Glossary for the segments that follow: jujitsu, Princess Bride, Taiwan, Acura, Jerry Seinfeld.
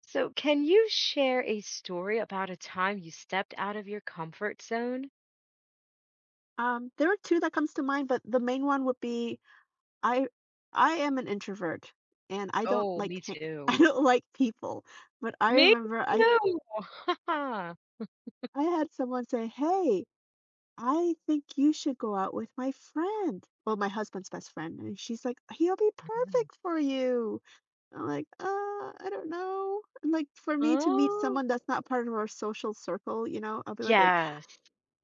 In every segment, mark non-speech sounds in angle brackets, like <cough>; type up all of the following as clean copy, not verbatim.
So, can you share a story about a time you stepped out of your comfort zone? There are 2 that comes to mind, but the main one would be I I am an introvert, and I don't Oh, like me ha <laughs> I too. don't like people, but I Me remember I too. <laughs> I had someone say, "Hey, I think you should go out with my friend." Well, my husband's best friend, and she's like, "He'll be Mhm. perfect for you." I'm like, I don't know." And, like, for me to meet Oh, someone that's not part of our social circle, you know, I'll be like. yes.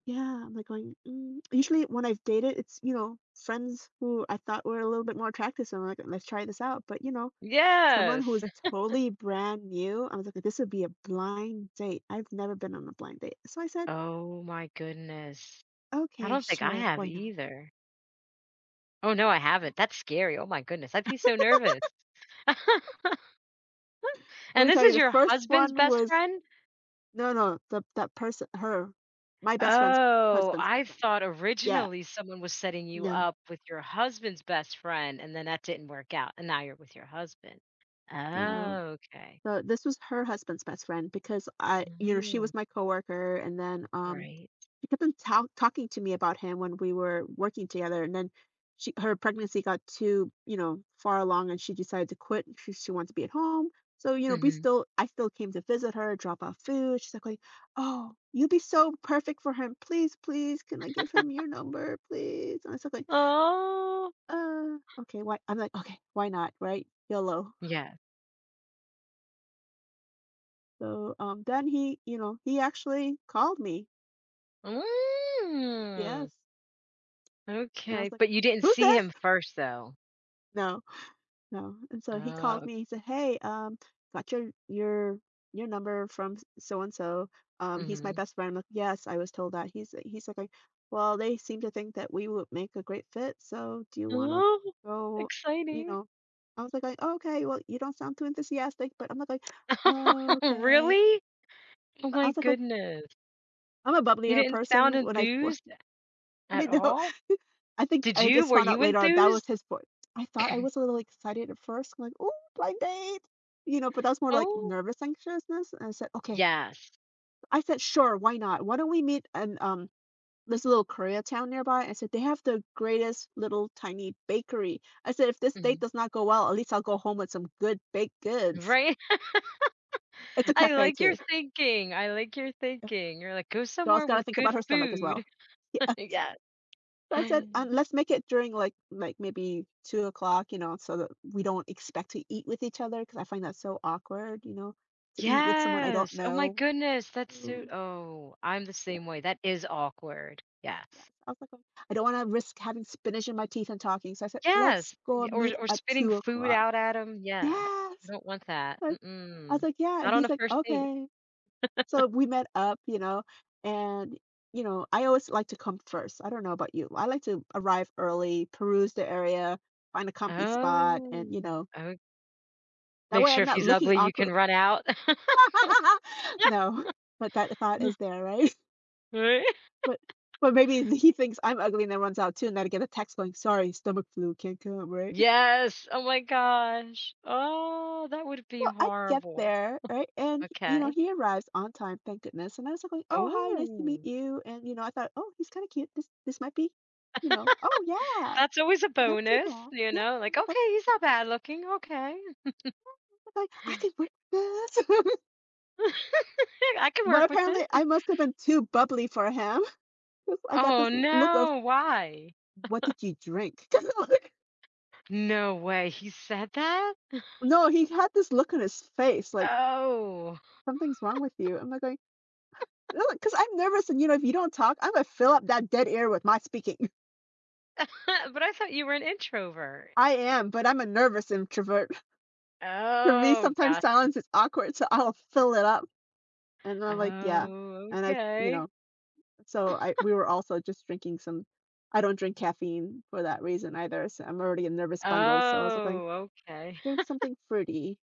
Yeah, I'm like going, "Mm." Usually when I've dated, it's, you know, friends who I thought were a little bit more attractive, so I'm like, "Let's try this out." But, you know, someone Yes. who's totally brand new, I was like, "This would be a blind date. I've never been on a blind date." So I said, Oh my goodness. I "Okay, don't think I sure, have why not?" either. Oh no, I Yeah. haven't. That's scary. Oh my goodness. I'd be so nervous. <laughs> Let And me this tell you, is the your first husband's one best was friend? no, no, the that person, her, my best friend's Oh, husband's I best friend. thought Yeah, originally someone was setting you no, up with your husband's best friend, and then that didn't work out, and no, now you're with your husband. no. Oh, okay. So this was her husband's best friend because I, you know, she Oh, was my coworker, and then right. she kept on talking to me about him when we were working together. And then she her pregnancy got too, you know, far along, and she decided to quit. She wanted to be at home. So, you know, we Mhm. still I still came to visit her, drop off food. She's like going, "Oh, you'd be so perfect for him. Please, please, can I give him your number? Please." And I was like, Oh, Okay, why" I'm like, "Okay, why not? Right? YOLO." yes. So then he, you know, he actually called me. Mm, Yes. And I okay, was like, but you didn't "Who's see this? him first, though. No. No." And so he called Oh, me. He said, "Hey, got your your number from so and so. He's my mhm. best friend." I'm like, "Yes, I was told that." He's like, "Well, they seem to think that we would make a great fit. So, do you want to Oh, go?" You exciting. know, I was like, "Oh, okay, well, you don't sound too enthusiastic," but I'm like, "Oh, <laughs> okay." Really? Oh I my was like, goodness. I'm a You bubblier didn't sound person when I for enthused <laughs> I at know, all? I think Did I you? just Were found out you later on that was enthused? his voice. I thought I was a little excited at first, like, "Oh, blind date," you know, but that was more like Oh, nervous anxiousness, and I said, "Okay." yes. I said, "Sure, why not? Why don't we meet in, this little Korea town nearby? I said, They have the greatest little tiny bakery. I said, If this date Mhm. does not go well, at least I'll go home with some good baked goods." Right? It's <laughs> a I cafe like your too. thinking. I like your Uh, thinking. You're like, "Go Girl's somewhere gotta with think about good her stomach as well. food." <laughs> <laughs> Yes. Yes. So I said, Mm. Let's make it during like maybe 2 o'clock, you know, so that we don't expect to eat with each other, because I find that so awkward, you know, to eat with someone I don't Yes. Oh my know." goodness, that's so Mm, oh, I'm the yeah, same way. That is awkward. Yes. yes. I was like, "Oh, I don't wanna risk having spinach in my teeth and talking." So I said, "Let's Yes, go y meet or at spitting two food o'clock. out at him. Yes. I Yes. don't want that. I I was Mm-mm. like, "Yeah." Not on He's a like, first date. "Okay." So we met up, you know, and you know, I always like to come first. I don't know about you. I like to arrive early, peruse the area, find a comfy spot, and Oh, you know, oh that make way sure I'm if not he's looking ugly, you can awkward. run out. <laughs> No, but that thought is <laughs> there, right? <laughs> Right? But but maybe he thinks I'm ugly and then runs out too, and then I get a text going, "Sorry, stomach flu, can't come," right? Yes, oh my gosh. Oh, that would be Well, I get horrible. there, right? And, you know, Okay. he arrives on time, thank goodness. And I was like, going, "Oh, hi, nice to meet Ooh, you." And, you know, I thought, "Oh, he's kind of cute. This might be, you know, oh yeah, that's always a not too bonus, bad. Yeah, like, "Okay, he's not bad looking, okay. like I can work with this." <laughs> <laughs> I can But work with apparently, it." I must have been too bubbly for him. <laughs> 'Cause I got Oh, this look of, no, why? "What did you drink?" <laughs> 'Cause, like, No way, he said that? no, he had this look on his face, like Oh, something's wrong with you. I'm like going, because I'm nervous, and you know, if you don't talk, I'm gonna fill up that dead air with my speaking. <laughs> but I thought you were an introvert. I am, but I'm a nervous introvert. <laughs> For me, Oh, sometimes gotcha. silence is awkward, so I'll fill it up. And I'm like, yeah. Oh, And I, you okay. know, so I we were also just drinking some I don't drink caffeine for that reason either. So I'm already a nervous bundle. So I was like, going, Oh, okay. drink something fruity.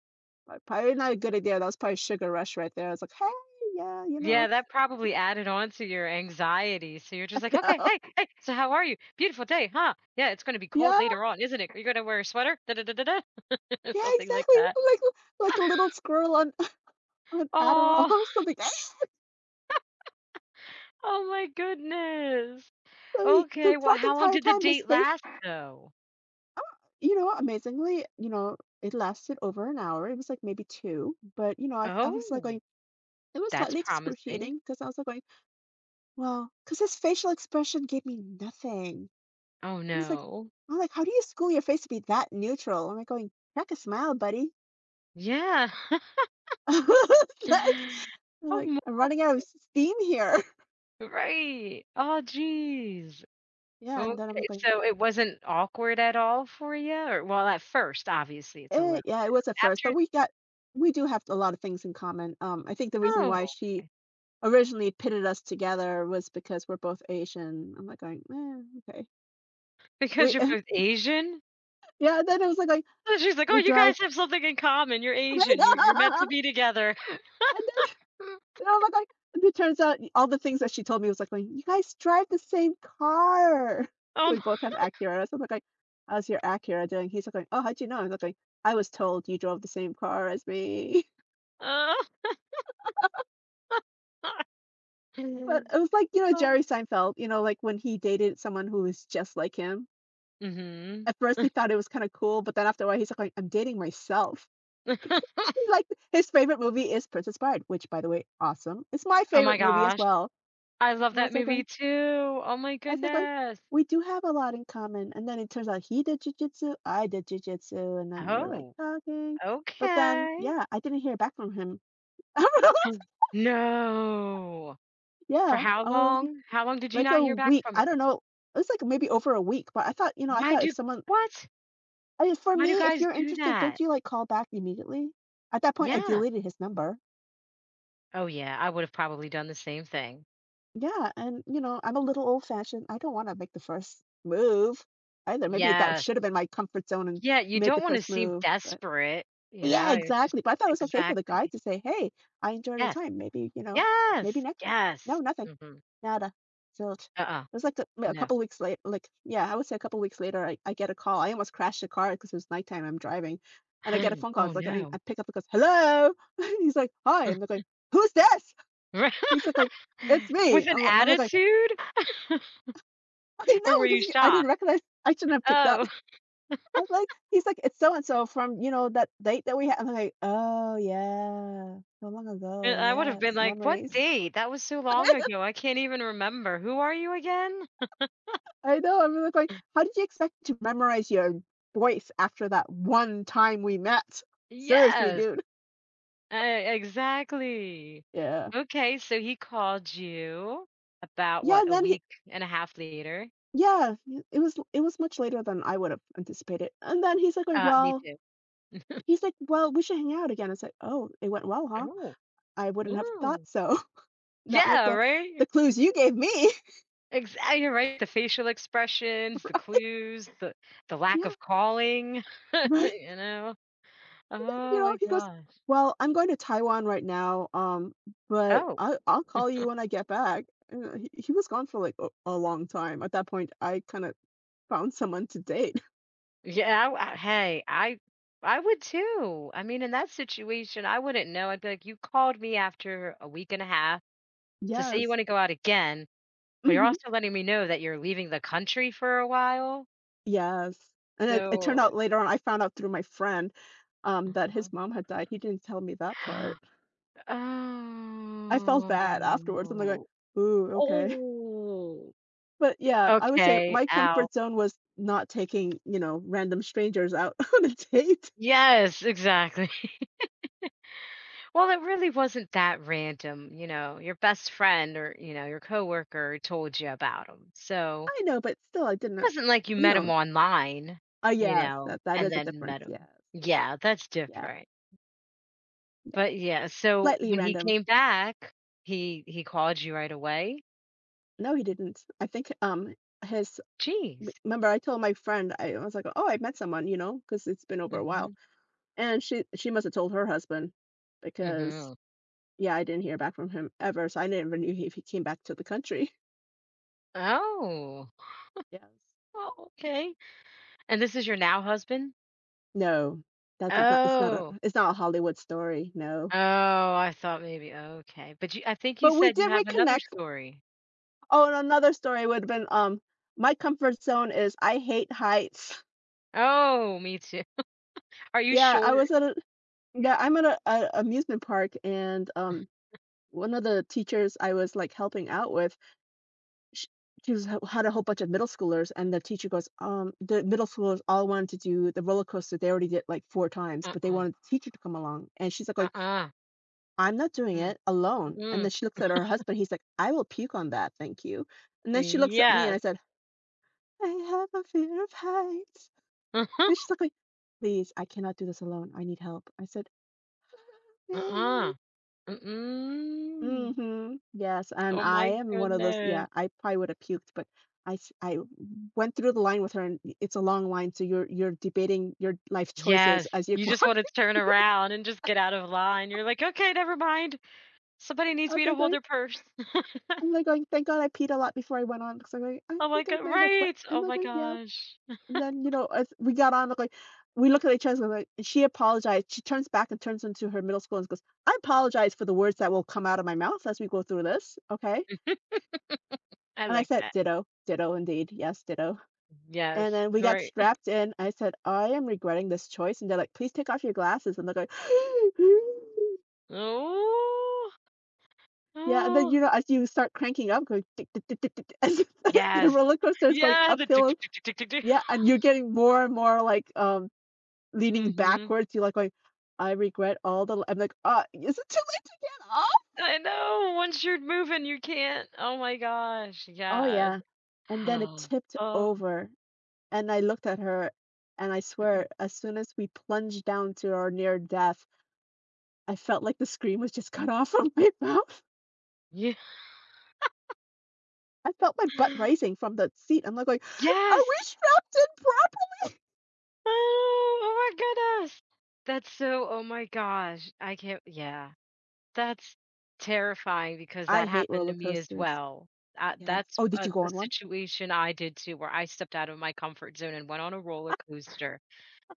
But probably not a good idea. That was probably sugar rush right there. I was like, hey, yeah, you know, Yeah, that probably added on to your anxiety. So you're just <laughs> like, you okay, know, hey, hey, so how are you? Beautiful day, huh? Yeah, it's going to be cold yeah, later on, isn't it? Are you going to wear a sweater? Da, da, da, da, da. <laughs> yeah, Something like exactly. that. <laughs> Like <laughs> a little squirrel on <laughs> on Adderall Oh, or something. <laughs> oh my goodness. So so Okay, well, throughout the how long entire did the time, his date face last though? You know, amazingly, you know, it lasted over an hour. It was like maybe 2, but, you know, I was like Oh, going it was that's slightly promising. excruciating because I was like going, well, because his facial expression gave me nothing. Oh He was like no. I'm like, "How do you school your face to be that neutral?" I'm like going, "Crack a smile, buddy." Yeah. <laughs> Like <laughs> Oh like, my, "I'm running out of steam here." <laughs> right. Oh geez. Yeah, and then I was Okay, going, so it wasn't awkward at all for you? Or well, at first, obviously it's a little, "Eh," yeah, it was but at first, but after we do have a lot of things in common. I think the reason oh, why she okay. originally pitted us together was because we're both Asian. I'm like going, "Eh, okay." Because We you're <laughs> both Asian? yeah, then it was like So she's like, "Oh, we you drive guys have something in common. You're <laughs> Asian. You're and meant to be together." then <laughs> and I'm like and it turns out all the things that she told me was like going, "You guys drive the same car." <laughs> We Um, both have Acuras. I'm like "How's your Acura doing?" He's like "Oh, how'd you know?" I'm like "I was told you drove the same car as me." <laughs> uh, <laughs> But it was like, you know, oh. Jerry Seinfeld, you know, like when he dated someone who was just like him. Mhm. At first, he thought it was kinda cool, but then after a while, he's like, "I'm dating myself." <laughs> 'Cause he like his favorite movie is Princess Bride, which, by the way, awesome. It's my Oh my favorite movie as gosh. well. I love And I that was like movie going too. Oh my I was like going, goodness. "We do have a lot in common." And then it turns out he did jujitsu, I did jujitsu, and then we're, like, Oh, talking. But then, okay. yeah, I didn't hear back from him. <laughs> Oh, No. For Yeah, how long? How long did you like not a hear back week. from him? I don't know. It was, like, maybe over a week, but I thought, you know, I Why thought do if someone what? I mean, for Why do me, if guys you're do interested, that? don't you, like, call back immediately? At that point, I Yeah. deleted his number. Oh, yeah, I would've probably done the same thing. Yeah, and, you know, I'm a little old-fashioned. I don't wanna make the first move either. Maybe that Yes. should have been my comfort zone, and Yeah, you made don't the wanna first seem move, but desperate, yeah, it just exactly, but I thought it was okay for the exactly. guy to say, "Hey, I enjoyed our Yes. time. Maybe, you know, maybe Yes! next time." No, Yes. nothing. Mhm. Nada. Zilch. It Uh-uh. was like a No. couple weeks later. Like, yeah, I would say a couple weeks later, I get a call. I almost crashed the car because it was nighttime, I'm driving, and I get a <gasps> phone call. Oh, It's like, I no. I pick up because, "Hello?" <laughs> He's like, "Hi." I'm like <laughs> going, "Who's this?" Right? He's like going, "It's <laughs> me." With an I'm like going, attitude? <laughs> "I Or were know," you because he I didn't shocked? recognize I shouldn't have picked up. Oh, <laughs> I am like he's like, "It's so and so from, you know, that date that we had." I'm like, "Oh, yeah. So long <laughs> ago. I would've been Yes. like, "What Memories." date? That was so long <laughs> ago, I can't even remember. Who are you again?" I know, I'm really like, how did you expect to memorize your voice after that one time we met? Seriously, Yes. dude. Exactly. Yeah. Okay, so he called you about Yeah, what, and a then he week and a half later? yeah, it was it was much later than I would have anticipated, and then he's like going, Me "Well," too. he's like, "Well, we should hang out again." I said, "Oh, it went well, huh? Oh, I wouldn't have thought mm. so, <laughs> not with Yeah, right? the clues you gave me." <laughs> Exactly right. The facial expressions, the clues, the lack Yeah, of calling, <laughs> right? you know. You Oh know, my he goes, gosh. "Well, I'm going to Taiwan right now, but Oh, I'll call you when I get back." And he was gone for like a long time. At that point, I kind of found someone to date. <laughs> yeah. Hey, I would too. I mean, in that situation, I wouldn't know. I'd be like, you called me after a week and a half to say you Yes. want to go out again. But you're Hmm. also letting me know that you're leaving the country for a while, Yes. And it turned so out later on, I found out through my friend that mhm. his mom had died. He didn't tell me that part. <gasps> I felt bad afterwards. I'm like, going, Oh. ooh, okay. <laughs> Oh. But yeah, I would say Okay, my ow. comfort zone was not taking, random strangers out <laughs> on a date. Yes, exactly. <laughs> Well, it really wasn't that random, your best friend or, your coworker told you about him, so I know, but still I didn't it wasn't like you you met him know online, Oh, yes, that and is a then difference, met him. yes. Yeah, that's Yeah, different. yeah, But yeah, so slightly when he random. came back, he called you right away? No, he didn't. I think, his Jeez. remember I told my friend, I was like, "Oh, I met someone," you know, because 'cause it's been over a while, Mhm, and she must have told her husband because, mhm. yeah, I didn't hear back from him ever, so I never knew if he came back to the country. <laughs> Oh. Yes, Oh, okay. yes. And this is your now husband? No, that's not it's not a Oh. Hollywood story, no. Oh, I thought maybe okay, but you I think you But we said you did have another reconnect. story. Oh, and another story would've been, my comfort zone is I hate heights. <laughs> Oh, me too. Are you Yeah, I sure? was at a yeah, I'm at a amusement park, and, one of the teachers I was, like, helping out with, sh she was had a whole bunch of middle schoolers, and the teacher goes, the middle schoolers all wanted to do the roller coaster. They already did, like, 4 times, but they Uh-uh, wanted the teacher to come along, and she's, like, going, uh-uh, "I'm not doing mm, it alone," and mm, then she looks at her husband, he's like, "I will puke on that, thank you," and then she looks at me, and yes. I said, "I have a fear of heights." And she's like, <laughs> "Please, I cannot do this alone. I need help." I said, Uh-huh, "Hey." uh-uh, mm-mm. Mhm. Yes, and Oh I my am one of those goodness. I probably would have puked, but I went through the line with her, and it's a long line, so you're debating your life choices Yes, as you're you <laughs> just wanna walking. turn around and just get out of line. You're like, "Okay, never mind. Somebody I needs was me to like hold going their purse." <laughs> I'm like going, "Thank God I peed a lot before I went on," because I'm like, "I Oh my think I god might have wet" right! I'm Oh like my going, "Yeah." gosh. And then, as we got on, we look at each other like and she apologized. She turns back and turns into her middle school and goes, I apologize for the words that will come out of my mouth as we go through this. Okay. <laughs> I And I like said, that. Ditto, ditto indeed. Yes, ditto. And Yes, then we got right. <laughs> strapped in. I said, I am regretting this choice. And they're like, please take off your glasses. And they're like, <gasps> Oh. yeah. And then, Oh. As you start cranking up, going, tick, tick, tick, tick, tick, <laughs> as the Yes. roller coaster is going Yeah, the tick, uphill. tick, tick, tick, tick, tick, tick. Yeah. And you're getting more and more like, leaning Mhm. backwards, you're like going, "I regret all the I'm like, is it too late to get up?" I know, once you're moving, you can't. Oh my gosh, "Oh, yes. yeah." And then it <gasps> tipped Oh, over, and I looked at her, and I swear, as soon as we plunged down to our near death, I felt like the scream was just cut <laughs> off from my <laughs> mouth. yeah. I felt my butt <gasps> rising from the seat. I'm like going, "Are Yes! we strapped in properly?" Oh, oh my goodness. That's so, oh my gosh. I can't, Yes. yeah. That's terrifying because I that hate happened to roller me as coasters. well. Yes. That's Oh, did you go a on one? situation I did too, where I stepped out of my comfort zone and went on a roller coaster.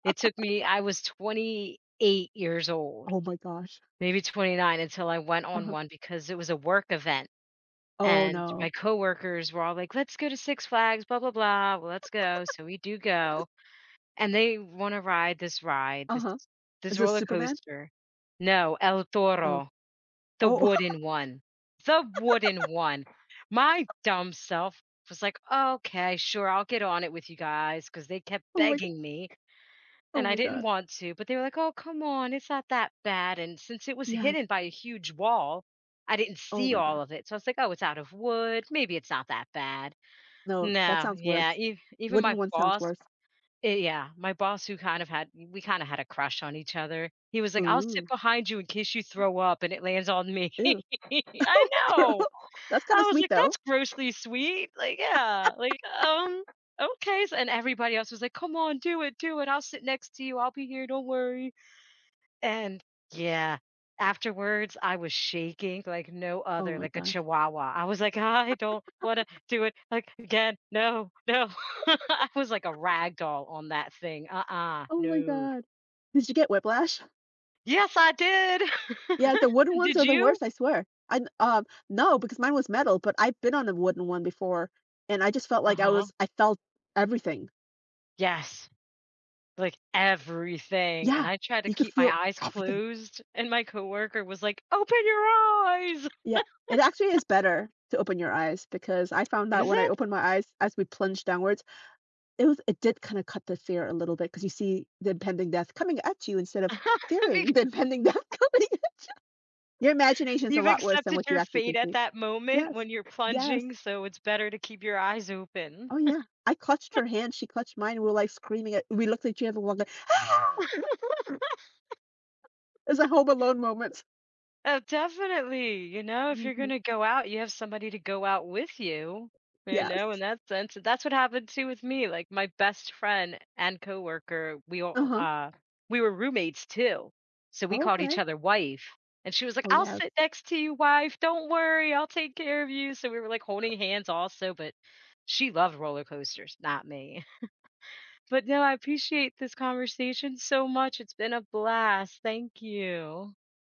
It took me, I was 28 years old, Oh my gosh. maybe 29, until I went on Uh-huh. one because it was a work event. Oh, And my no. coworkers were all like, let's go to Six Flags, blah, blah, blah. Well, let's go. So we do Yes. go. And they wanna ride this ride, this Uh-huh. this Is this roller Superman? coaster. No, El Oh. Toro, the Oh. wooden <laughs> one. The wooden one. My dumb self was like, "Okay, sure, I'll get on it with you guys, because they kept Oh my begging me, Oh and I my didn't god. want to, but they were like, "Oh, come on, it's not that bad," and since it was Yes. hidden by a huge wall, I didn't Oh see my all gosh. of it, so I was like, "Oh, it's out of wood, maybe it's not that bad." No, that No, sounds yeah, worse. ev even Wooden my one sounds boss worse. eh, yeah, my boss who kind of had we kinda had a crush on each other. He was like, "I'll sit Ooh. behind you in case you throw up and it lands on me." <gasps> Ew. <laughs> <laughs> I Oh, Girl. know. That's I kinda was sweet like, though. "That's grossly sweet." Like, yeah, like, okay, s and everybody else was like, "Come on, do it, do it. I'll sit next to you. I'll be here. Don't worry." And yeah, afterwards I was shaking like no Oh other, my like a god. chihuahua. I was like, I don't want to do it like again. No, no. <laughs> I was like a rag doll on that thing. Uh-uh, Oh my no. god. Did you get whiplash? Yes, I did. Yeah, <laughs> the wooden ones Did are the you? worst, I swear. I n No, because mine was metal, but I've been on a wooden one before, and I just felt like Uh-huh. I felt everything. Yes. Like everything. And Yeah, I tried to you could keep my feel eyes everything. closed, and my coworker was like, "Open your eyes." Yeah. It actually is better to open your eyes because I found that Is when I it? opened my eyes as we plunged downwards it did kinda cut the fear a little bit because you see the impending death coming at you instead of fearing <laughs> <laughs> the impending death <laughs> coming at you. Your imagination's a You've lot worse than accepted what you your actually fate can at see. that moment Yes. when you're Yes. plunging, so it's better to keep your eyes open. Oh, yeah. I clutched her hand, she clutched mine, and like, screaming at we looked at each other, we're like, <laughs> "Ah!" It was a Home Alone moment. Oh, definitely. If you're going Mhm. to go out, you have somebody to go out with you. You Yes. know, in that sense, that's what happened too with me. Like my best friend and coworker, we all Uh-huh. We were roommates too. So we called each Okay. other wife. And she was like, Oh, "I'll yes. sit next to you, wife. Don't worry, I'll take care of you." So we were like holding hands also, but she loved roller coasters, not me. But no, I appreciate this conversation so much. It's been a blast. Thank you.